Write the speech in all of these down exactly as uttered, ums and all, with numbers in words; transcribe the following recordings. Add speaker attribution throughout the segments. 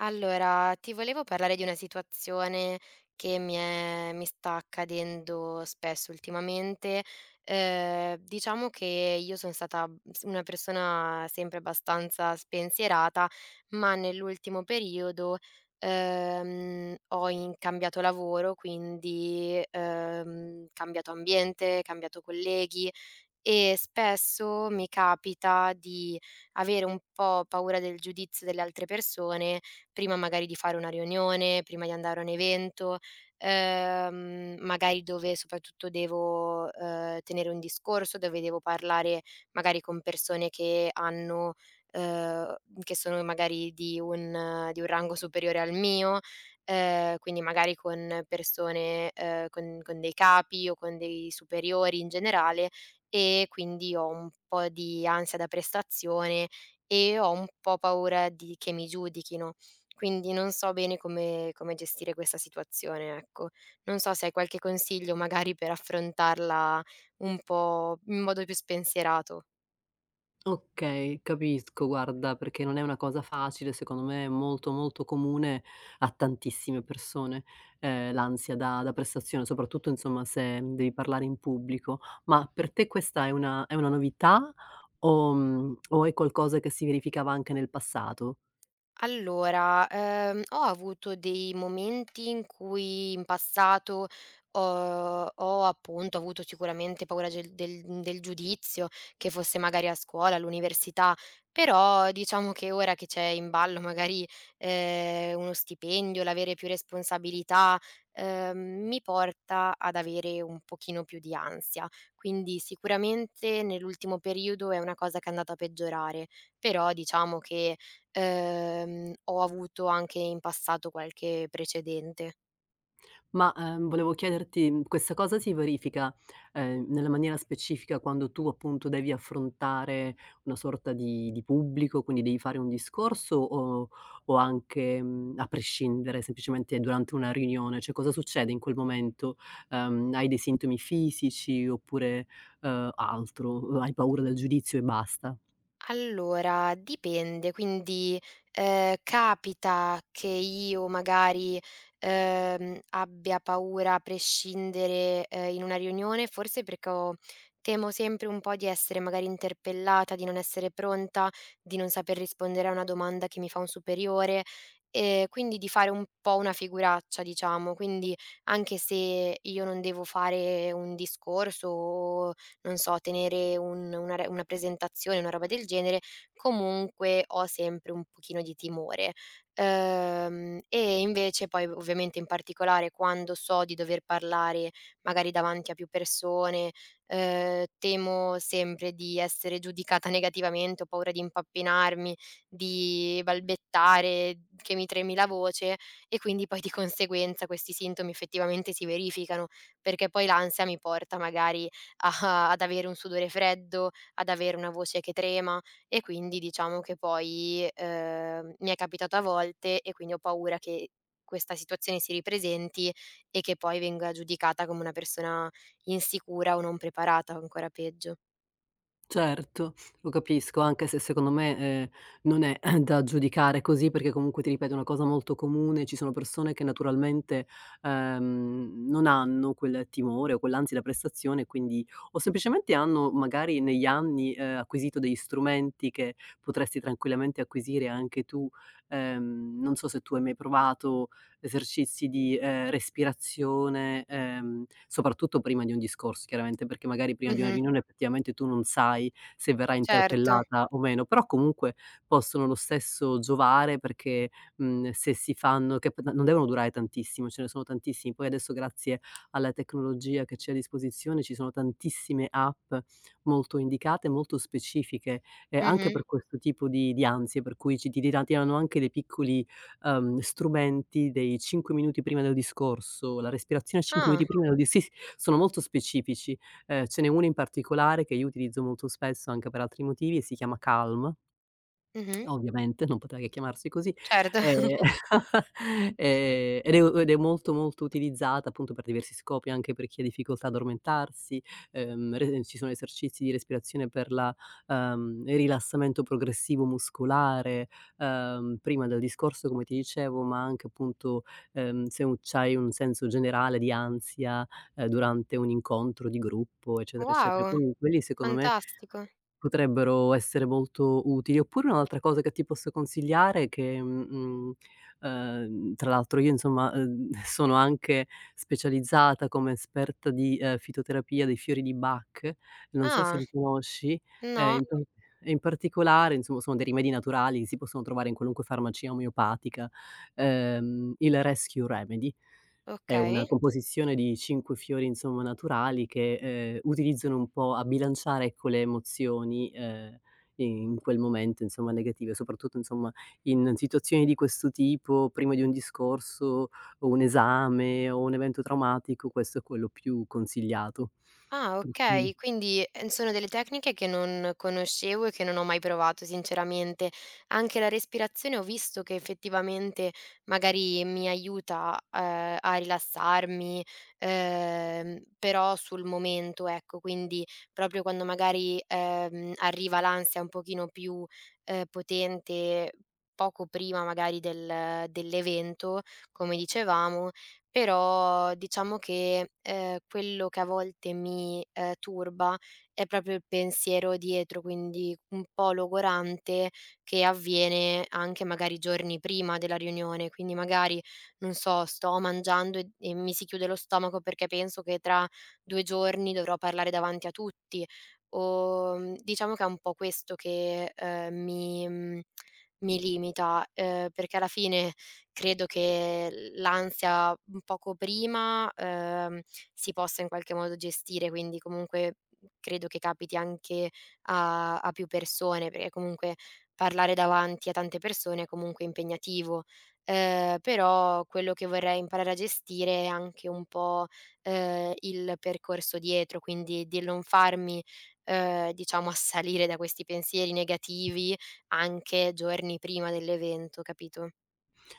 Speaker 1: Allora, ti volevo parlare di una situazione che mi è mi sta accadendo spesso ultimamente. Ehm, diciamo che io son stata s una persona sempre abbastanza spensierata, ma nell'ultimo periodo, ehm, ho in cambiato lavoro, quindi, ehm, cambiato ambiente, cambiato colleghi, e spesso mi capita di avere un po' paura del giudizio delle altre persone, prima magari di fare una riunione, prima di andare a un evento, ehm, magari dove soprattutto devo, ehm, tenere un discorso, dove devo parlare magari con persone che hanno ehm, che sono magari di un di un rango superiore al mio, ehm, quindi magari con persone, ehm, con con dei capi o con dei superiori in generale e quindi ho un po' di ansia da prestazione e ho un po' paura di che mi giudichino. Quindi non so bene come come gestire questa situazione, ecco. Non so se hai qualche consiglio magari per affrontarla un po' in modo più spensierato.
Speaker 2: Okay, capisco guarda, perché non è una cosa facile, secondo me è molto, molto comune a tantissime persone. Ehm, l'ansia da da prestazione, soprattutto insomma se devi parlare in pubblico. Ma per te questa è una è una novità o mhmm, o è qualcosa che si verificava anche nel passato?
Speaker 1: Allora, ehm, ho avuto dei momenti in cui in passato ho ho appunto avuto sicuramente paura gel del del giudizio, che fosse magari a scuola, all'università, però diciamo che ora che c'è in ballo magari, ehm, uno stipendio, l'avere più responsabilità, ehm, mi porta ad avere un pochino più di ansia. Quindi sicuramente nell'ultimo periodo è una cosa che è andata a peggiorare, però diciamo che, Ehm, ho avuto anche in passato qualche precedente.
Speaker 2: Ma, ehm, volevo chiederti, mhmm, questa cosa si verifica, ehm, nella maniera specifica quando tu appunto devi affrontare una sorta di di pubblico, quindi devi fare un discorso o o anche, mhmm, a prescindere, semplicemente durante una riunione? Cioè cosa succede in quel momento? Ehm, hai dei sintomi fisici oppure, ehm, altro? Hai paura del giudizio e basta?
Speaker 1: Allora, dipende, quindi, ehm, capita che io magari, ehm, abbia paura a prescindere, ehm, in una riunione, forse perché ho temo sempre un po' di essere magari interpellata, di non essere pronta, di non saper rispondere a una domanda che mi fa un superiore, e quindi di fare un po' una figuraccia, diciamo. Quindi, anche se io non devo fare un discorso o non so, tenere un una re una presentazione, una roba del genere, comunque ho sempre un pochino di timore. Ehm, e invece poi ovviamente in particolare quando so di dover parlare magari davanti a più persone, ehm, temo sempre di essere giudicata negativamente, ho paura di impappinarmi, di balbettare, che mi tremi la voce e quindi poi di conseguenza questi sintomi effettivamente si verificano, perché poi l'ansia mi porta magari a ad avere un sudore freddo, ad avere una voce che trema e quindi diciamo che poi, ehm, mi è capitato a volte e quindi ho paura che questa situazione si ripresenti e che poi venga giudicata come una persona insicura o non preparata, o ancora peggio.
Speaker 2: Certo, lo capisco, anche se secondo me, ehm, non è da giudicare così, perché comunque ti ripeto è una cosa molto comune, ci sono persone che naturalmente, ehm, non hanno quel timore o quell'ansia da prestazione, quindi o semplicemente hanno magari negli anni, ehm, acquisito degli strumenti che potresti tranquillamente acquisire anche tu. Ehm, non so se tu hai mai provato esercizi di, ehm, respirazione, ehm, soprattutto prima di un discorso chiaramente, perché magari prima di una
Speaker 1: Mh-mh,
Speaker 2: riunione effettivamente tu non sai se verrai
Speaker 1: certo.
Speaker 2: interpellata o meno, però comunque possono lo stesso giovare perché, mhmm, se si fanno che p non devono durare tantissimo, ce ne sono tantissimi. Poi adesso grazie alla tecnologia che c'è a disposizione ci sono tantissime app molto indicate, molto specifiche, ehm, anche
Speaker 1: Mh-mh.
Speaker 2: per questo tipo di di ansie, per cui ci ti tirano anche dei piccoli ehm, strumenti dei cinque minuti prima del discorso, la respirazione a cinque
Speaker 1: Ah,
Speaker 2: minuti prima del di sì, sì, sono molto specifici. Ehm, ce n'è uno in particolare che io utilizzo molto spesso anche per altri motivi e si chiama Calm.
Speaker 1: mh-mh,
Speaker 2: Ovviamente, non poteva che chiamarsi così,
Speaker 1: certo.
Speaker 2: ehm, ehm, ed è u ed è molto, molto utilizzata appunto per diversi scopi, anche per chi ha difficoltà ad addormentarsi, ehm, re ci sono esercizi di respirazione per la ehm, il rilassamento progressivo muscolare, ehm, prima del discorso come ti dicevo, ma anche appunto, ehm, se u c'hai un senso generale di ansia, ehm, durante un incontro di gruppo, eccetera, eccetera.
Speaker 1: Wow,
Speaker 2: Quindi quelli secondo me
Speaker 1: fantastico.
Speaker 2: potrebbero essere molto utili. Oppure un'altra cosa che ti posso consigliare che, mhmm, ehm, tra l'altro io insomma, ehm, sono anche specializzata come esperta di, ehm, fitoterapia dei fiori di Bach, non so se
Speaker 1: Ah,
Speaker 2: li conosci, ehm,
Speaker 1: no,
Speaker 2: in pa e in particolare insomma sono dei rimedi naturali, si possono trovare in qualunque farmacia omeopatica, ehm, il Rescue Remedy. È
Speaker 1: okay.
Speaker 2: una composizione di cinque fiori, insomma, naturali che, ehm, utilizzano un po' a bilanciare, ecco, le emozioni, ehm, in quel momento, insomma, negative, soprattutto, insomma, in situazioni di questo tipo, prima di un discorso o un esame o un evento traumatico, questo è quello più consigliato.
Speaker 1: Ah,
Speaker 2: Per cui
Speaker 1: okay. Quindi, ehm, sono delle tecniche che non conoscevo e che non ho mai provato sinceramente. Anche la respirazione ho visto che effettivamente magari mi aiuta, ehm, a rilassarmi, ehm, però sul momento, ecco. Quindi proprio quando magari, ehm, arriva l'ansia un pochino più, ehm, potente poco prima magari del dell'evento, come dicevamo però diciamo che, ehm, quello che a volte mi, ehm, turba è proprio il pensiero dietro, quindi un po' logorante, che avviene anche magari giorni prima della riunione. Quindi magari, non so, sto mangiando e e mi si chiude lo stomaco perché penso che tra due giorni dovrò parlare davanti a tutti, o, mhmm, diciamo che è un po' questo che, ehm, mi mhmm, mi limita, ehm, perché alla fine credo che l'ansia un poco prima, ehm, si possa in qualche modo gestire, quindi comunque credo che capiti anche a a più persone, perché comunque parlare davanti a tante persone è comunque impegnativo. Ehm, però quello che vorrei imparare a gestire è anche un po', ehm, il percorso dietro, quindi di non farmi, ehm, diciamo assalire da questi pensieri negativi anche giorni prima dell'evento, capito?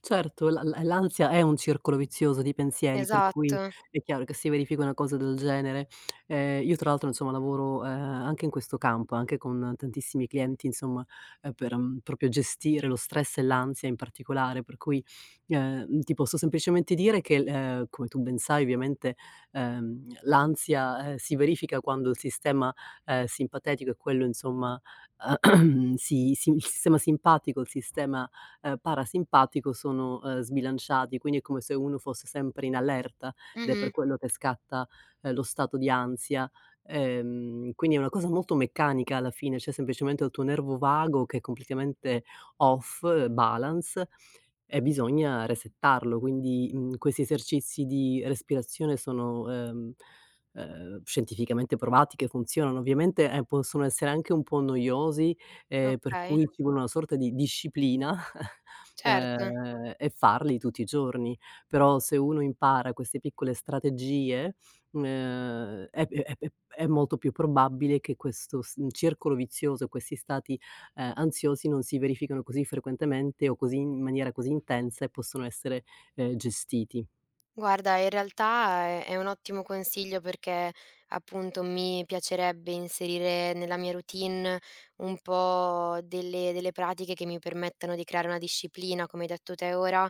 Speaker 2: Certo, la la l'ansia è un circolo vizioso di pensieri, per
Speaker 1: Esatto.
Speaker 2: cui è chiaro che si verifica una cosa del genere. Ehm, io tra l'altro insomma lavoro, ehm, anche in questo campo, anche con tantissimi clienti insomma, ehm, per, mhmm, proprio gestire lo stress e l'ansia in particolare, per cui, ehm, ti posso semplicemente dire che l ehm, come tu ben sai ovviamente, ehm, l'ansia, ehm, si verifica quando il sistema, ehm, simpatetico e quello insomma si si il sistema simpatico, il sistema ehm, parasimpatico sono, ehm, sbilanciati, quindi è come se uno fosse sempre in allerta ed è per
Speaker 1: Mh-mh.
Speaker 2: quello che scatta, ehm, lo stato di ansia. Ehm, quindi è una cosa molto meccanica alla fine, cioè semplicemente il tuo nervo vago che è completamente off eh, balance e bisogna resettarlo. Quindi, mhmm, questi esercizi di respirazione sono, ehm, ehm, scientificamente provati che funzionano. Ovviamente, ehm, possono essere anche un po' noiosi ehm, per
Speaker 1: Okay,
Speaker 2: cui ci vuole una sorta di disciplina,
Speaker 1: certo.
Speaker 2: ehm, e farli tutti i giorni. Però se uno impara queste piccole strategie, mhmm, ehm, è è è è molto più probabile che questo s circolo vizioso, questi stati, ehm, ansiosi non si verificano così frequentemente o così in maniera così intensa e possono essere, ehm, gestiti.
Speaker 1: Guarda, in realtà è è un ottimo consiglio perché, appunto, mi piacerebbe inserire nella mia routine un po' delle delle pratiche che mi permettano di creare una disciplina, come hai detto te ora,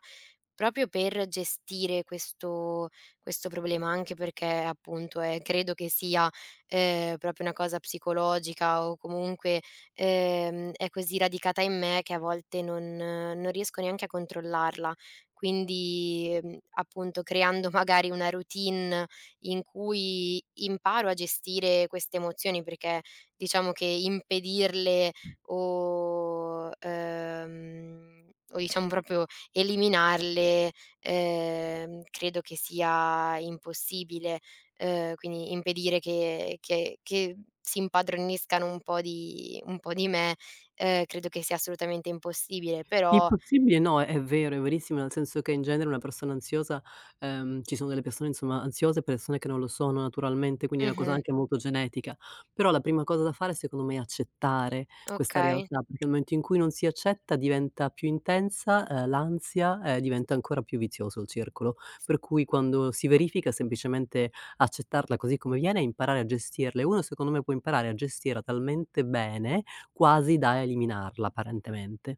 Speaker 1: proprio per gestire questo questo problema, anche perché appunto è credo che sia, ehm, proprio una cosa psicologica o comunque, ehm, è così radicata in me che a volte non eh, non riesco neanche a controllarla. Quindi, mhmm, appunto creando magari una routine in cui imparo a gestire queste emozioni, perché diciamo che impedirle o, ehm, o diciamo proprio eliminarle, ehm, credo che sia impossibile, ehm, quindi impedire che che che si impadroniscano un po' di un po' di me, ehm, credo che sia assolutamente impossibile,
Speaker 2: Il
Speaker 1: però
Speaker 2: possibile no, è è vero, è verissimo, nel senso che in genere una persona ansiosa ehm, ci sono delle persone insomma ansiose e persone che non lo sono naturalmente, quindi è una cosa
Speaker 1: mh-mh,
Speaker 2: anche molto genetica. Però la prima cosa da fare secondo me è accettare questa
Speaker 1: okay.
Speaker 2: realtà, perché nel momento in cui non si accetta diventa più intensa, ehm, l'ansia, e diventa ancora più vizioso il circolo. Per cui quando si verifica semplicemente accettarla così come viene e imparare a gestirla e uno secondo me può imparare a gestirla talmente bene, quasi da eliminarla apparentemente.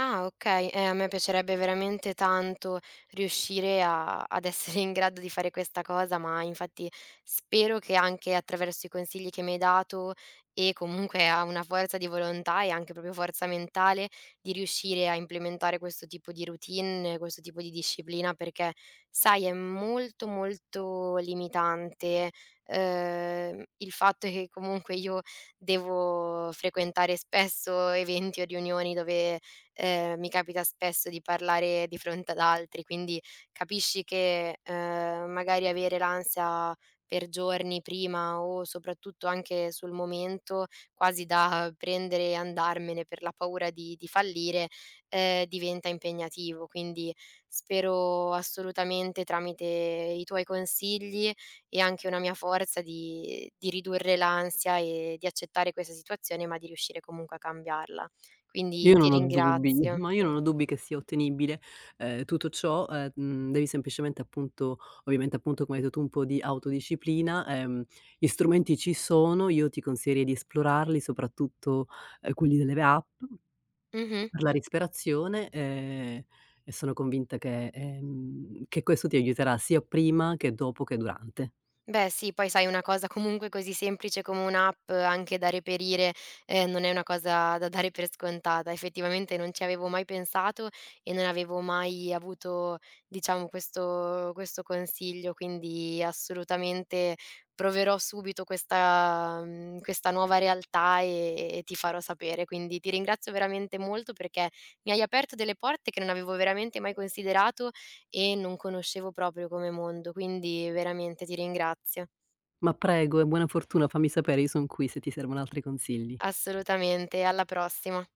Speaker 1: Ah okay, eh, a me piacerebbe veramente tanto riuscire a ad essere in grado di fare questa cosa, ma infatti spero che anche attraverso i consigli che mi hai dato e comunque a una forza di volontà e anche proprio forza mentale di riuscire a implementare questo tipo di routine, questo tipo di disciplina, perché sai è molto, molto limitante, ehm, il fatto che comunque io devo frequentare spesso eventi o riunioni dove ehm, mi capita spesso di parlare di fronte ad altri, quindi capisci che, ehm, magari avere l'ansia per giorni prima o soprattutto anche sul momento, quasi da prendere e andarmene per la paura di di fallire, ehm, diventa impegnativo. Quindi spero assolutamente tramite i tuoi consigli e anche una mia forza di di ridurre l'ansia e di accettare questa situazione, ma di riuscire comunque a cambiarla. Quindi
Speaker 2: Io
Speaker 1: ti
Speaker 2: non ho dubbi,
Speaker 1: ringrazio.
Speaker 2: ma io non ho dubbi che sia ottenibile, ehm, tutto ciò, ehm, mhmm, devi semplicemente appunto ovviamente appunto come hai detto tu un po' di autodisciplina, ehm, gli strumenti ci sono, io ti consiglierei di esplorarli, soprattutto, ehm, quelli delle app
Speaker 1: Mh-mh.
Speaker 2: per la respirazione, ehm, e sono convinta che ehm, che questo ti aiuterà sia prima che dopo che durante.
Speaker 1: Beh sì, poi sai una cosa comunque così semplice come un'app eh, anche da reperire, ehm, non è una cosa da dare per scontata. Effettivamente non ci avevo mai pensato e non avevo mai avuto diciamo questo questo consiglio, quindi assolutamente proverò subito questa mhmm, questa nuova realtà, e e ti farò sapere. Quindi ti ringrazio veramente molto perché mi hai aperto delle porte che non avevo veramente mai considerato e non conoscevo proprio come mondo, quindi veramente ti ringrazio.
Speaker 2: Ma prego e buona fortuna, fammi sapere, io son qui se ti servono altri consigli.
Speaker 1: Assolutamente, alla prossima.